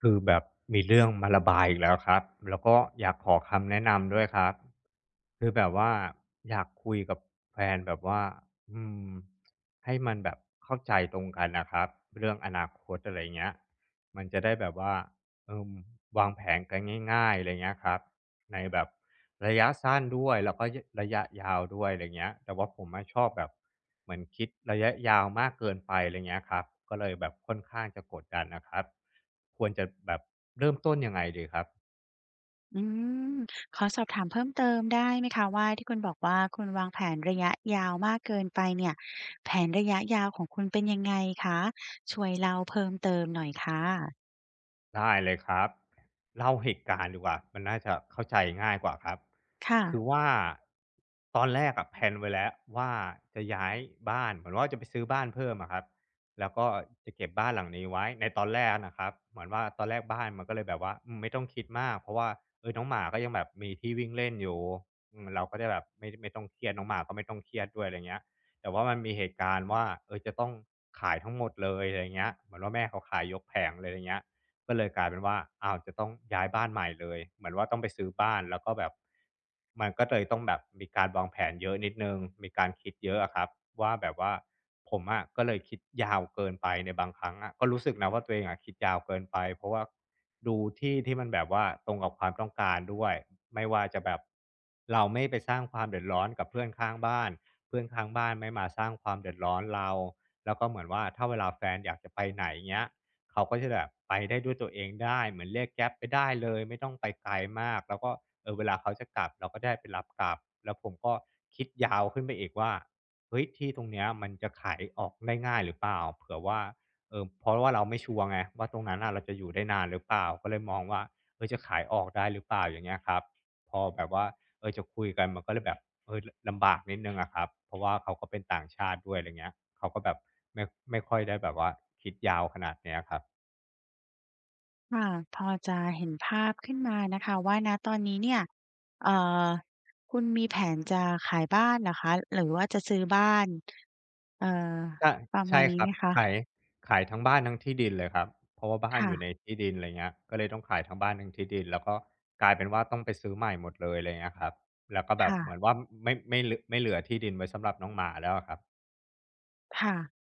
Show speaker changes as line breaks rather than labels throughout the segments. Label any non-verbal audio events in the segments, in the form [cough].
คือแบบมีเรื่องมาระบายอีกแล้วครับแล้วก็อยากขอคำแนะนำด้วยครับคือแบบว่าอยากคุยกับแฟนแบบว่าอืมให้มันแบบเข้าใจตรงกันนะครับเรื่องอนาคตอะไรเงี้ยมันจะได้แบบว่าเอมวางแผนกันง่ายๆอะไรเงี้ยครับในแบบระยะสั้นด้วยแล้วก็ระยะยาวด้วยอะไรเงี้ยแต่ว่าผมอะชอบแบบ เหมือนคิดระยะยาวมากเกินไปอะไรเงี้ยครับก็เลยแบบค่อนข้างจะกดดันนะครับควรจะแบบเริ่มต้นยังไงดีครับ
อืม ขอสอบถามเพิ่มเติมได้ไหมคะว่าที่คุณบอกว่าคุณวางแผนระยะยาวมากเกินไปเนี่ยแผนระยะยาวของคุณเป็นยังไงคะช่วยเล่าเพิ่มเติมหน่อยค่ะ
ได้เลยครับเล่าเหตุการณ์ดีกว่ามันน่าจะเข้าใจง่ายกว่าครับ
ค่ะ
คือว่าตอนแรกอะแพลนไว้แล้วว่าจะย้ายบ้านเหมือนว่าจะไปซื้อบ้านเพิ่มอะครับแล้วก็จะเก็บบ้านหลังนี้ไว้ในตอนแรกนะครับเหมือนว่าตอนแรกบ้านมันก็เลยแบบว่าไม่ต้องคิดมากเพราะว่าเออน้องหมาก็ยังแบบมีที่วิ่งเล่นอยู่เราก็ได้แบบไม่ต้องเครียดน้องหมาก็ไม่ต้องเครียดด้วยอะไรเงี้ยแต่ว่ามันมีเหตุการณ์ว่าเออจะต้องขายทั้งหมดเลยอะไรเงี้ยเหมือนว่าแม่เขาขายยกแผงเลยอะไรเงี้ย ก็เลยกลายเป็นว่าอ้าวจะต้องย้ายบ้านใหม่เลยเหมือนว่าต้องไปซื้อบ้านแล้วก็แบบมันก็เลยต้องแบบมีการวางแผนเยอะนิดนึงมีการคิดเยอะอะครับว่าแบบว่าผมอะก็เลยคิดยาวเกินไปในบางครั้งอะก็รู้สึกนะว่าตัวเองอะคิดยาวเกินไปเพราะว่าดูที่ที่มันแบบว่าตรงกับความต้องการด้วยไม่ว่าจะแบบเราไม่ไปสร้างความเดือดร้อนกับเพื่อนข้างบ้านเพื่อนข้างบ้านไม่มาสร้างความเดือดร้อนเราแล้วก็เหมือนว่าถ้าเวลาแฟนอยากจะไปไหนเงี้ย เขาก็จะแบบไปได้ด้วยตัวเองได้เหมือนเรียกแก๊ปไปได้เลยไม่ต้องไปไกลมากแล้วก็เออเวลาเขาจะกลับเราก็ได้ไปรับกลับแล้วผมก็คิดยาวขึ้นไปอีกว่าเฮ้ยที่ตรงเนี้ยมันจะขายออกได้ง่ายหรือเปล่าเผื่อว่าเออเพราะว่าเราไม่ชัวร์ไงว่าตรงนั้นน่ะเราจะอยู่ได้นานหรือเปล่าก็เลยมองว่าเออจะขายออกได้หรือเปล่าอย่างเงี้ยครับพอแบบว่า เออจะคุยกันมันก็เลยแบบเออลำบากนิดนึงอะครับเพราะว่าเขาก็เป็นต่างชาติด้วยอะไรเงี้ยเขาก็แบบไม่ไม่ค่อยได้แบบว่าคิดยาวขนาดเนี้ยครับ
ค่ะพอจะเห็นภาพขึ้นมานะคะว่าณตอนนี้เนี่ยเอ่อคุณมีแผนจะขายบ้านเหรอคะหรือว่าจะซื้อบ้านเอ่อ
ก็
ประมา
ใช่
ณ
ค
นี้
รั
ไห
บ
ม
ขาย
คะ
ขายทั้งบ้านทั้งที่ดินเลยครับเพราะว่าบ้านอ
ค่ะ
ยู่ในที่ดินอะไรเงี้ยก็เลยต้องขายทั้งบ้านทั้งที่ดินแล้วก็กลายเป็นว่าต้องไปซื้อใหม่หมดเลยอะไรเงี้ยครับแล้วก็แบบเหมือน
ค่ะ
ว่าไม่เหลือที่ดินไว้สำหรับน้องหมาแล้วอะครับ
ค่ะ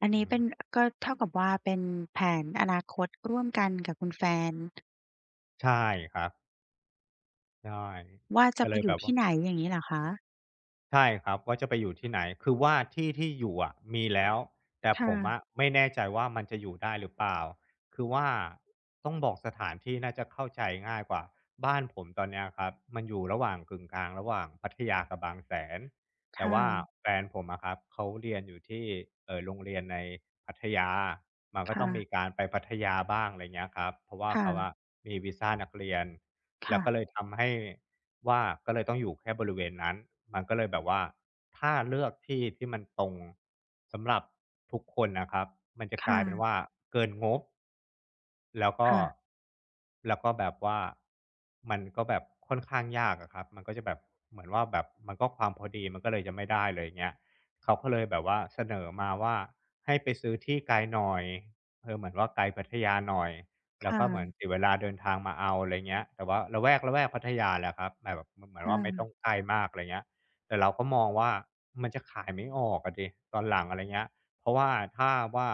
อัน
อือ
นี้
ฮึ
เป็นก็เท่ากับว่าเป็นแผนอนาคตร่วมกันกับคุณแฟน
ใช่ครับใช่
ว่าจะ
ก็
ไป
เลย
อ
แบ
ยู่
บ
ที่ไหนอย่างงี้เหรอคะ
ใช่ครับว่าจะไปอยู่ที่ไหนคือว่าที่ที่อยู่อะมีแล้วแต่ผมอะ
ค่ะ
ไม่แน่ใจว่ามันจะอยู่ได้หรือเปล่าคือว่าต้องบอกสถานที่น่าจะเข้าใจง่ายกว่าบ้านผมตอนเนี้ยครับมันอยู่ระหว่างกึ่งกลางระหว่างพัทยากับบางแสน
ค
แต่ว่า
่ะ
แฟนผมอะครับเขาเรียนอยู่ที่เออโรงเรียนในพัทยามันก็ต้องมี
ค่ะ
การไปพัทยาบ้างอะไรเงี้ยครับเพราะว่าเขา
ค่ะ
อะมีวีซานักเรียน แล้ว
ค่ะ
ก็เลยทำให้ว่าก็เลยต้องอยู่แค่บริเวณนั้นมันก็เลยแบบว่าถ้าเลือกที่ที่มันตรงสำหรับทุกคนนะครับมันจะกลายเป็น
ค่ะ
ว่าเกินงบแล้วก็
ค่ะ
แล้วก็แบบว่ามันก็แบบค่อนข้างยากอะครับมันก็จะแบบเหมือนว่าแบบมันก็ความพอดีมันก็เลยจะไม่ได้เลยอย่างเงี้ยเขาก็เลยแบบว่าเสนอมาว่าให้ไปซื้อที่ไกลหน่อยเออเหมือนว่าไกลพัทยาหน่อย
ค
แล้วก็เหมือน
่ะ
เสียเวลาเดินทางมาเอาอะไรเงี้ยแต่ว่าละแวกพัทยาแหละครับแต่แบบมันเหมือนว่าไม่ต้อ
ค่ะ
งใกล้มากอะไรเงี้ยแต่เราก็มองว่ามันจะขายไม่ออกอะสิตอนหลังอะไรเงี้ยเพราะว่าถ้าว่า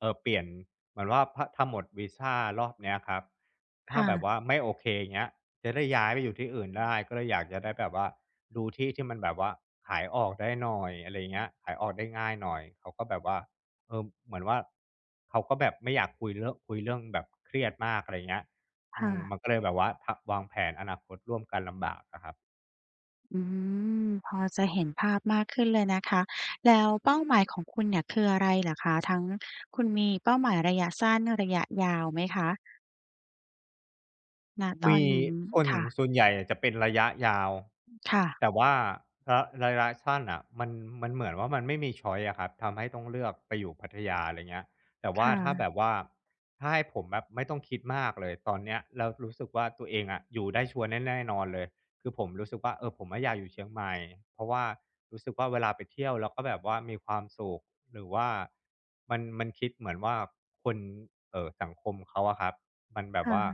เปลี่ยนเหมือนว่าพถ้าหมดวีซารอบเนี้ยครับถ้าแบบ
ค่ะ
ว่าไม่โอเคเงี้ยจะได้ย้ายไปอยู่ที่อื่นได้ก็เลยอยากจะได้แบบว่าดูที่ที่มันแบบว่าขายออกได้หน่อยอะไรเงี้ยขายออกได้ง่ายหน่อยเขาก็แบบว่า เออเหมือนว่าเขาก็แบบไม่อยากคุยเรื่องแบบเครียดมากอะไรเงี้ยอืมมัน
ค่ะ
ก็เลยแบบว่าทวางแผนอนาคตร่วมกันลำบากอะครับ
อืพอจะเห็นภาพมากขึ้นเลยนะคะ แล้วเป้าหมายของคุณเนี่ยคืออะไรเหรอคะทั้งคุณมีเป้าหมายระยะสั้นระยะยาวไหมคะณตอ
มี
นนี้
ส่วน
ค่ะ
ส่วนใหญ่อะจะเป็นระยะยาว
ค่ะ
แต่ว่าระยะสั้นอะมันมันเหมือนว่ามันไม่มีชอยซ์อะครับทำให้ต้องเลือกไปอยู่พัทยาอะไรเงี้ยแต่ว่าถ้า
ค่ะ
แบบว่าถ้าให้ผมแบบไม่ต้องคิดมากเลยตอนเนี้ยเรารู้สึกว่าตัวเองอะอยู่ได้ชัวร์แน่นอนเลยคือผมรู้สึกว่าเออผมอะอยากอยู่เชียงใหม่เพราะว่ารู้สึกว่าเวลาไปเที่ยวเราก็แบบว่ามีความสุขหรือว่ามันมันคิดเหมือนว่าคนสังคมเขาอะครับ มันแบบ
ค่ะ
ว่า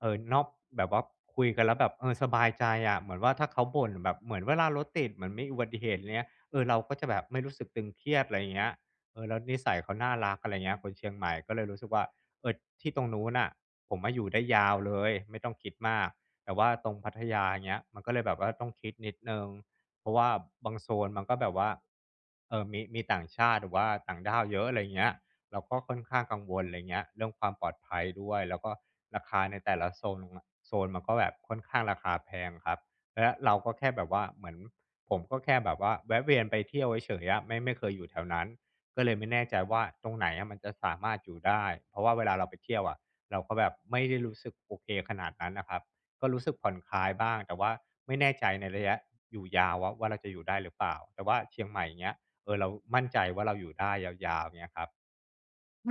เออนอกแบบว่าคุยกันแล้วแบบเออสบายใจอะะเหมือนว่าถ้าเขาบ่นแบบเหมือนเวลารถติดเหมือนไม่อุบัติเหตุอะไรเงี้ยเออเราก็จะแบบไม่รู้สึกตึงเครียดอะไรเงี้ยเออแล้วนิสัยเขาน่ารักอะไรเงี้ยคนเชียงใหม่ก็เลยรู้สึกว่าเออที่ตรงนู้นอ่ะผมมาอยู่ได้ยาวเลยไม่ต้องคิดมากแต่ว่าตรงพัทยาเงี้ยมันก็เลยแบบว่าต้องคิดนิดนึงเพราะว่าบางโซนมันก็แบบว่าเออมีต่างชาติหรือว่าต่างด้าวเยอะอะไรเงี้ย เราก็ค่อนข้างกังวลอะไรเงี้ยเรื่องความปลอดภัยด้วยแล้วก็ราคาในแต่ละโซนมันก็แบบค่อนข้างราคาแพงครับและเราก็แค่แบบว่าเหมือนผมก็แค่แบบว่าแวะเวียนไปเที่ยวเฉยๆอะไม่เคยอยู่แถวนั้นก็เลยไม่แน่ใจว่าตรงไหนอะมันจะสามารถอยู่ได้เพราะว่าเวลาเราไปเที่ยวอะเราก็แบบไม่ได้รู้สึกโอเคขนาดนั้นน่ะครับก็รู้สึกผ่อนคลายบ้างแต่ว่าไม่แน่ใจในระยะอยู่ยาวว่าเราจะอยู่ได้หรือเปล่าแต่ว่าเชียงใหม่อย่างเงี้ยเออเรามั่นใจว่าเราอยู่ได้ยาวๆเงี้ยครับ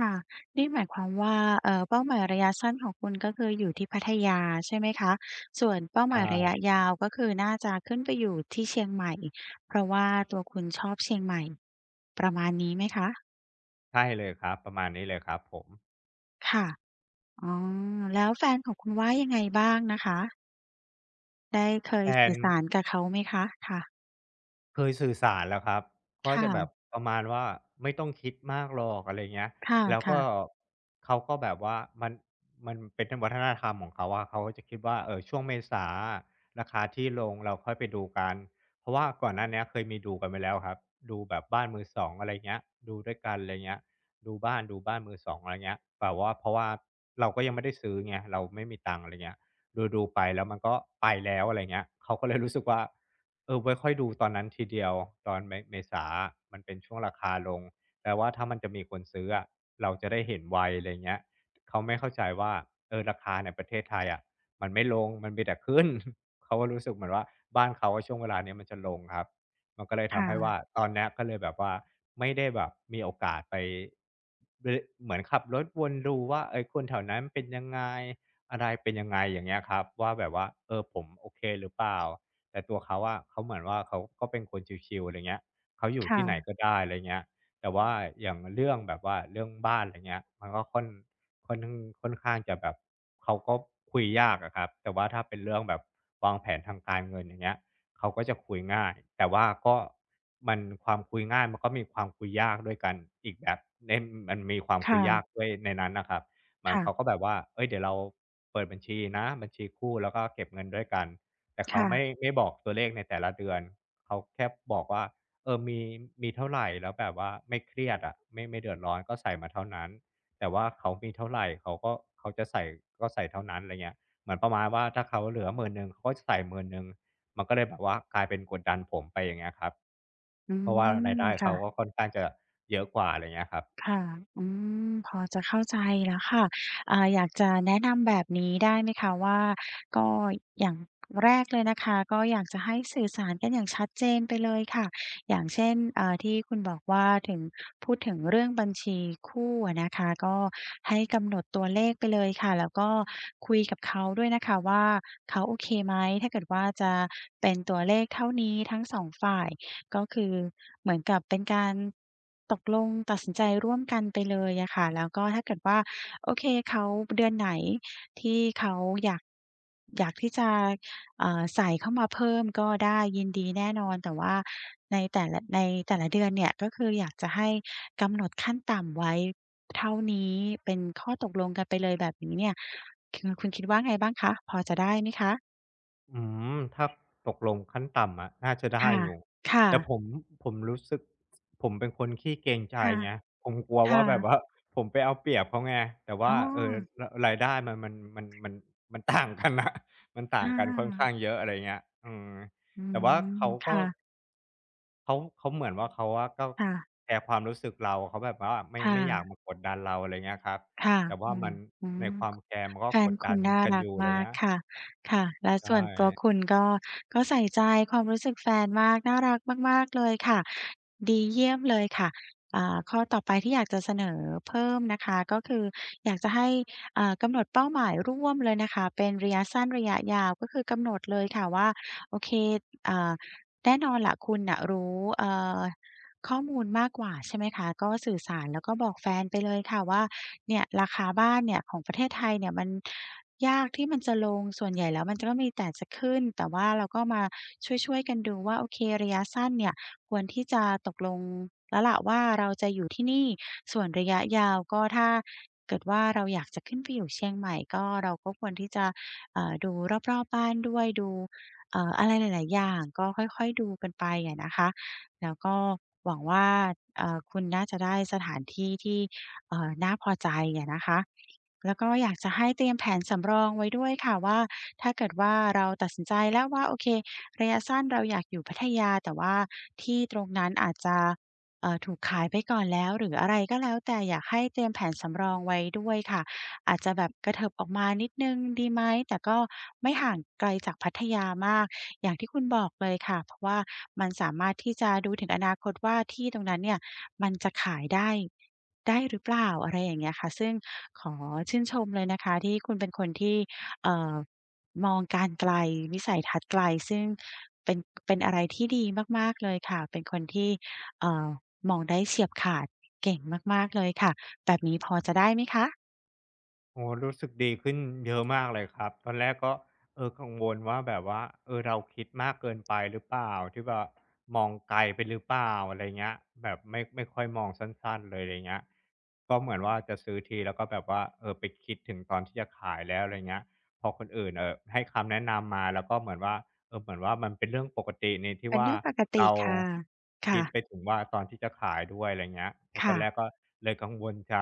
ค่ะนี่หมายความว่าเป้าหมายระยะสั้นของคุณก็คืออยู่ที่พัทยาใช่ไหมคะส่วนเป้า
ใช
หมายระยะ
่
ยาวก็คือน่าจะขึ้นไปอยู่ที่เชียงใหม่เพราะว่าตัวคุณชอบเชียงใหม่ประมาณนี้ไหมคะ
ใช่เลยครับประมาณนี้เลยครับผม
ค่ะอ๋อแล้วแฟนของคุณว่ายังไงบ้างนะคะได้เค
แพ
ย
ลน
สื่อสารกับเขาไหมคะค่ะ
เคยสื่อสารแล้วครับก็จะแบบ
ค่ะ
ประมาณว่าไม่ต้องคิดมากหรอกอะไรเงี้ย
ค
แล้วก็
่ะ
เขาก็แบบว่ามันมันเป็นวัฒนธรรมของเขาอะเขาก็จะคิดว่าช่วงเมษาอะราคาที่ลงเราค่อยไปดูกันเพราะว่าก่อนหน้าเนี้ยเคยมีดูกันไปแล้วครับดูแบบบ้านมือสองอะไรเงี้ยดูด้วยกันอะไรเงี้ยดูบ้านมือสองอะไรเงี้ยแต่ว่าเพราะว่าเราก็ยังไม่ได้ซื้อไงเราไม่มีตังค์อะไรเงี้ยดูๆไปแล้วมันก็ไปแล้วอะไรเงี้ยเขาก็เลยรู้สึกว่า เออไว้ค่อยดูตอนนั้นทีเดียวตอนเมษามันเป็นช่วงราคาลงแปลว่าถ้ามันจะมีคนซื้ออะเราจะได้เห็นไวอะไรเงี้ยเขาไม่เข้าใจว่าเออราคาในประเทศไทยอะมันไม่ลงมันมีแต่ขึ้น [laughs] เขาก็รู้สึกเหมือนว่าบ้านเขาว่าช่วงเวลาเนี้ยมันจะลงครับมันก็เลย
ๆ
ทำให้ว่า
ค่ะ
ตอนเนี้ยก็เลยแบบว่าไม่ได้แบบมีโอกาสไปเรื่อยเหมือนขับรถวนดูว่าเอ้ยคนแถวนั้นเป็นยังไงอะไรเป็นยังไงอย่างเงี้ยครับว่าแบบว่าเออผมโอเคหรือเปล่า แต่ตัวเขาอะเขาเหมือนว่าเขาก็เป็นคนชิลๆอะไรเงี้ยเขาอยู่ที่ไหน
ค่ะ
ก็ได้อะไรเงี้ยแต่ว่าอย่างเรื่องแบบว่าเรื่องบ้านอะไรเงี้ยมันก็ค่อนข้างค่อนข้างจะแบบเขาก็คุยยากอะครับแต่ว่าถ้าเป็นเรื่องแบบวางแผนทางการเงินอย่างเงี้ยเขาก็จะคุยง่ายแต่ว่าก็มันความคุยง่ายมันก็มีความคุยยากด้วยกันอีกแบบในมันมีความคุยยาก
ค่ะ
ด้วยในนั้นนะครับเหมือนเขาก็
ค่ะ
แบบว่าเอ้ยเดี๋ยวเราเปิดบัญชีนะบัญชีคู่แล้วก็เก็บเงินด้วยกัน แต่เขาไม่
ค่ะ
ไม่บอกตัวเลขในแต่ละเดือนเขาแค่บอกว่าเออมีมีเท่าไรแล้วแบบว่าไม่เครียดอะไม่เดือดร้อนก็ใส่มาเท่านั้นแต่ว่าเขามีเท่าไรเขาจะใส่ก็ใส่เท่านั้นอะไรเงี้ยเหมือนประมาณว่าถ้าเขาเหลือหมนหนึ่งเขาก็จะใส่หมื่นหนึ่งมันก็เลยแบบว่ากลายเป็นกดดันผมไปอย่างเงี้ยครับ
อื
เพราะว่าราย
ม
ได้เขาก็
ค่ะ
ค่อนข้างจะเยอะกว่าอะไรเงี้ยครับ
ค่ะอืพอจะเข้าใจแล้วค่ะอยากจะแนะนำแบบนี้ได้ไหมคะว่าก็อย่างแรกเลยนะคะก็อยากจะให้สื่อสารกันอย่างชัดเจนไปเลยค่ะอย่างเช่นที่คุณบอกว่าถึงพูดถึงเรื่องบัญชีคู่อะนะคะก็ให้กำหนดตัวเลขไปเลยค่ะแล้วก็คุยกับเขาด้วยนะคะว่าเขาโอเคไหมถ้าเกิดว่าจะเป็นตัวเลขเท่านี้ทั้งสองฝ่าย ก็คือเหมือนกับเป็นการตกลงตัดสินใจร่วมกันไปเลยอะค่ะแล้วก็ถ้าเกิดว่าโอเคเขาเดือนไหนที่เขาอยากที่จะใส่เข้ามาเพิ่มก็ได้ยินดีแน่นอนแต่ว่าในแต่ละแต่ละเดือนเนี่ยก็คืออยากจะให้กำหนดขั้นต่ำไว้เท่านี้เป็นข้อตกลงกันไปเลยแบบนี้เนี่ยจะได้ไหมคะ
อืมถ้าตกลงขั้นต่ำอะน่าจะได้
ค่ะ
อยู่
ค่ะ
แต่ผมรู้สึกผมเป็นคนขี้เกรงใจ
ค่ะ
ไงผมกลัวว่า
ค่ะ
แบบว่าผมไปเอาเปรียบเขาไงแต่ว่า
อ๋อ
รรายได้มันมันต่างกันนะ [laughs] มันต่าง
อา
กันค่อนข้างเยอะอะไรเงี้ยอืม
อื
แต่ว่า
ม
เขาก็
ค่ะ
เขาเหมือนว่าเขาอะก็
ค่ะ
แคร์ความรู้สึกเราเขาแบบว่าไม่
ค
ไม่อยาก
่ะ
มากดดันเราอะไรเงี้ยครับ
ค่ะ
แต่ว่า
อื
มั
ม
น
อื
ใน
ม
ความแคร์มันก็
แฟ
ก
น
ด
คุ
ดั
ณ
น
น่า
กัน
รั
อ
ก
ยู่อะไร
มาก
เงี้ย
ค่ะค่ะและ
ใช่
ส่วนตัวคุณก็ใส่ใจความรู้สึกแฟนมากน่ารักมากๆเลยค่ะ ดีเยี่ยมเลยค่ะข้อต่อไปที่อยากจะเสนอเพิ่มนะคะ ก็คืออยากจะให้กำหนดเป้าหมายร่วมเลยนะคะ เป็นระยะสั้นระยะยาวก็คือกำหนดเลยค่ะว่า โอเคอ่าแน่นอนแหละคุณน่ะรู้อ ข้อมูลมากกว่าใช่ไหมคะก็สื่อสารแล้วก็บอกแฟนไปเลยค่ะว่าเนี่ยราคาบ้านเนี่ยของประเทศไทยเนี่ยมันยากที่มันจะลงส่วนใหญ่แล้วมันก็มีแต่จะขึ้นแต่ว่าเราก็มาช่วยๆกันดูว่าโอเคระยะสั้นเนี่ยควรที่จะตกลงแล้วล่ะว่าเราจะอยู่ที่นี่ส่วนระยะยาวก็ถ้าเกิดว่าเราอยากจะขึ้นไปอยู่เชียงใหม่ก็เราก็ควรที่จะดูรอบๆบ้านด้วยดูอะไรหลายๆอย่างก็ค่อยๆดูกันไปอะนะคะ แล้วก็หวังว่าคุณน่าจะได้สถานที่ที่น่าพอใจอะนะคะแล้วก็อยากจะให้เตรียมแผนสำรองไว้ด้วยค่ะว่าถ้าเกิดว่าเราตัดสินใจแล้วว่าโอเคระยะสั้นเราอยากอยู่พัทยาแต่ว่าที่ตรงนั้นอาจจะถูกขายไปก่อนแล้วหรืออะไรก็แล้วแต่อยากให้เตรียมแผนสำรองไว้ด้วยค่ะอาจจะแบบกระเถิบออกมานิดหนึ่งดีไหมแต่ก็ไม่ห่างไกลจากพัทยามาก อย่างที่คุณบอกเลยค่ะเพราะว่ามันสามารถที่จะดูถึงอนาคตว่าที่ตรงนั้นเนี่ยมันจะขายได้หรือเปล่าอะไรอย่างเงี้ยค่ะซึ่งขอชื่นชมเลยนะคะที่คุณเป็นคนที่เอ่อมองการไกลวิสัยทัศน์ไกลซึ่งเป็นอะไรที่ดีมากๆเลยค่ะเป็นคนที่เอ่อมองได้เฉียบขาด
โอ้โฮรู้สึกดีขึ้นเยอะมากเลยครับตอนแรกก็กังวลว่าแบบว่าเราคิดมากเกินไปหรือเปล่าที่ว่ามองไกลไปหรือเปล่าอะไรเงี้ยแบบไม่ค่อยมองสั้นๆเลยอะไรเงี้ยก็เหมือนว่าจะซื้อทีแล้วก็แบบว่าไปคิดถึงตอนที่จะขายแล้วอะไรเงี้ยพอคนอื่นให้คำแนะนำมาแล้วก็เหมือนว่า เหมือนว่ามันเป็นเรื่องปกติในที่
เป็น
ว่า
เรื่องปกติ
เรา
ค่ะ
คิ
ค่ะ
ดไปถึงว่าตอนที่จะขายด้วยอะไรเงี้ยเพราะตอนแรก
ค่ะ
ก็เลยกังวลใจ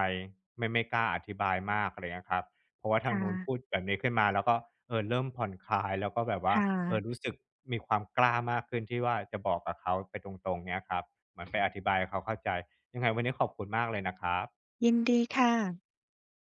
ไม่กล้าอธิบายมากอะไรเงี้ยครับเพราะว่า
ค
ทางนู้นพูด
่ะ
แบบนี้ขึ้นมาแล้วก็เริ่มผ่อนคลายแล้วก็แบบว่า
ค่ะ
รู้สึกมีความกล้ามากขึ้นที่ว่าจะบอกกับเขาไปตรงๆเงี้ยครับเหมือนไปอธิบายให้เขาเข้าใจยังไงวันนี้ขอบคุณมากเลยนะครับ
ยินดีค่ะ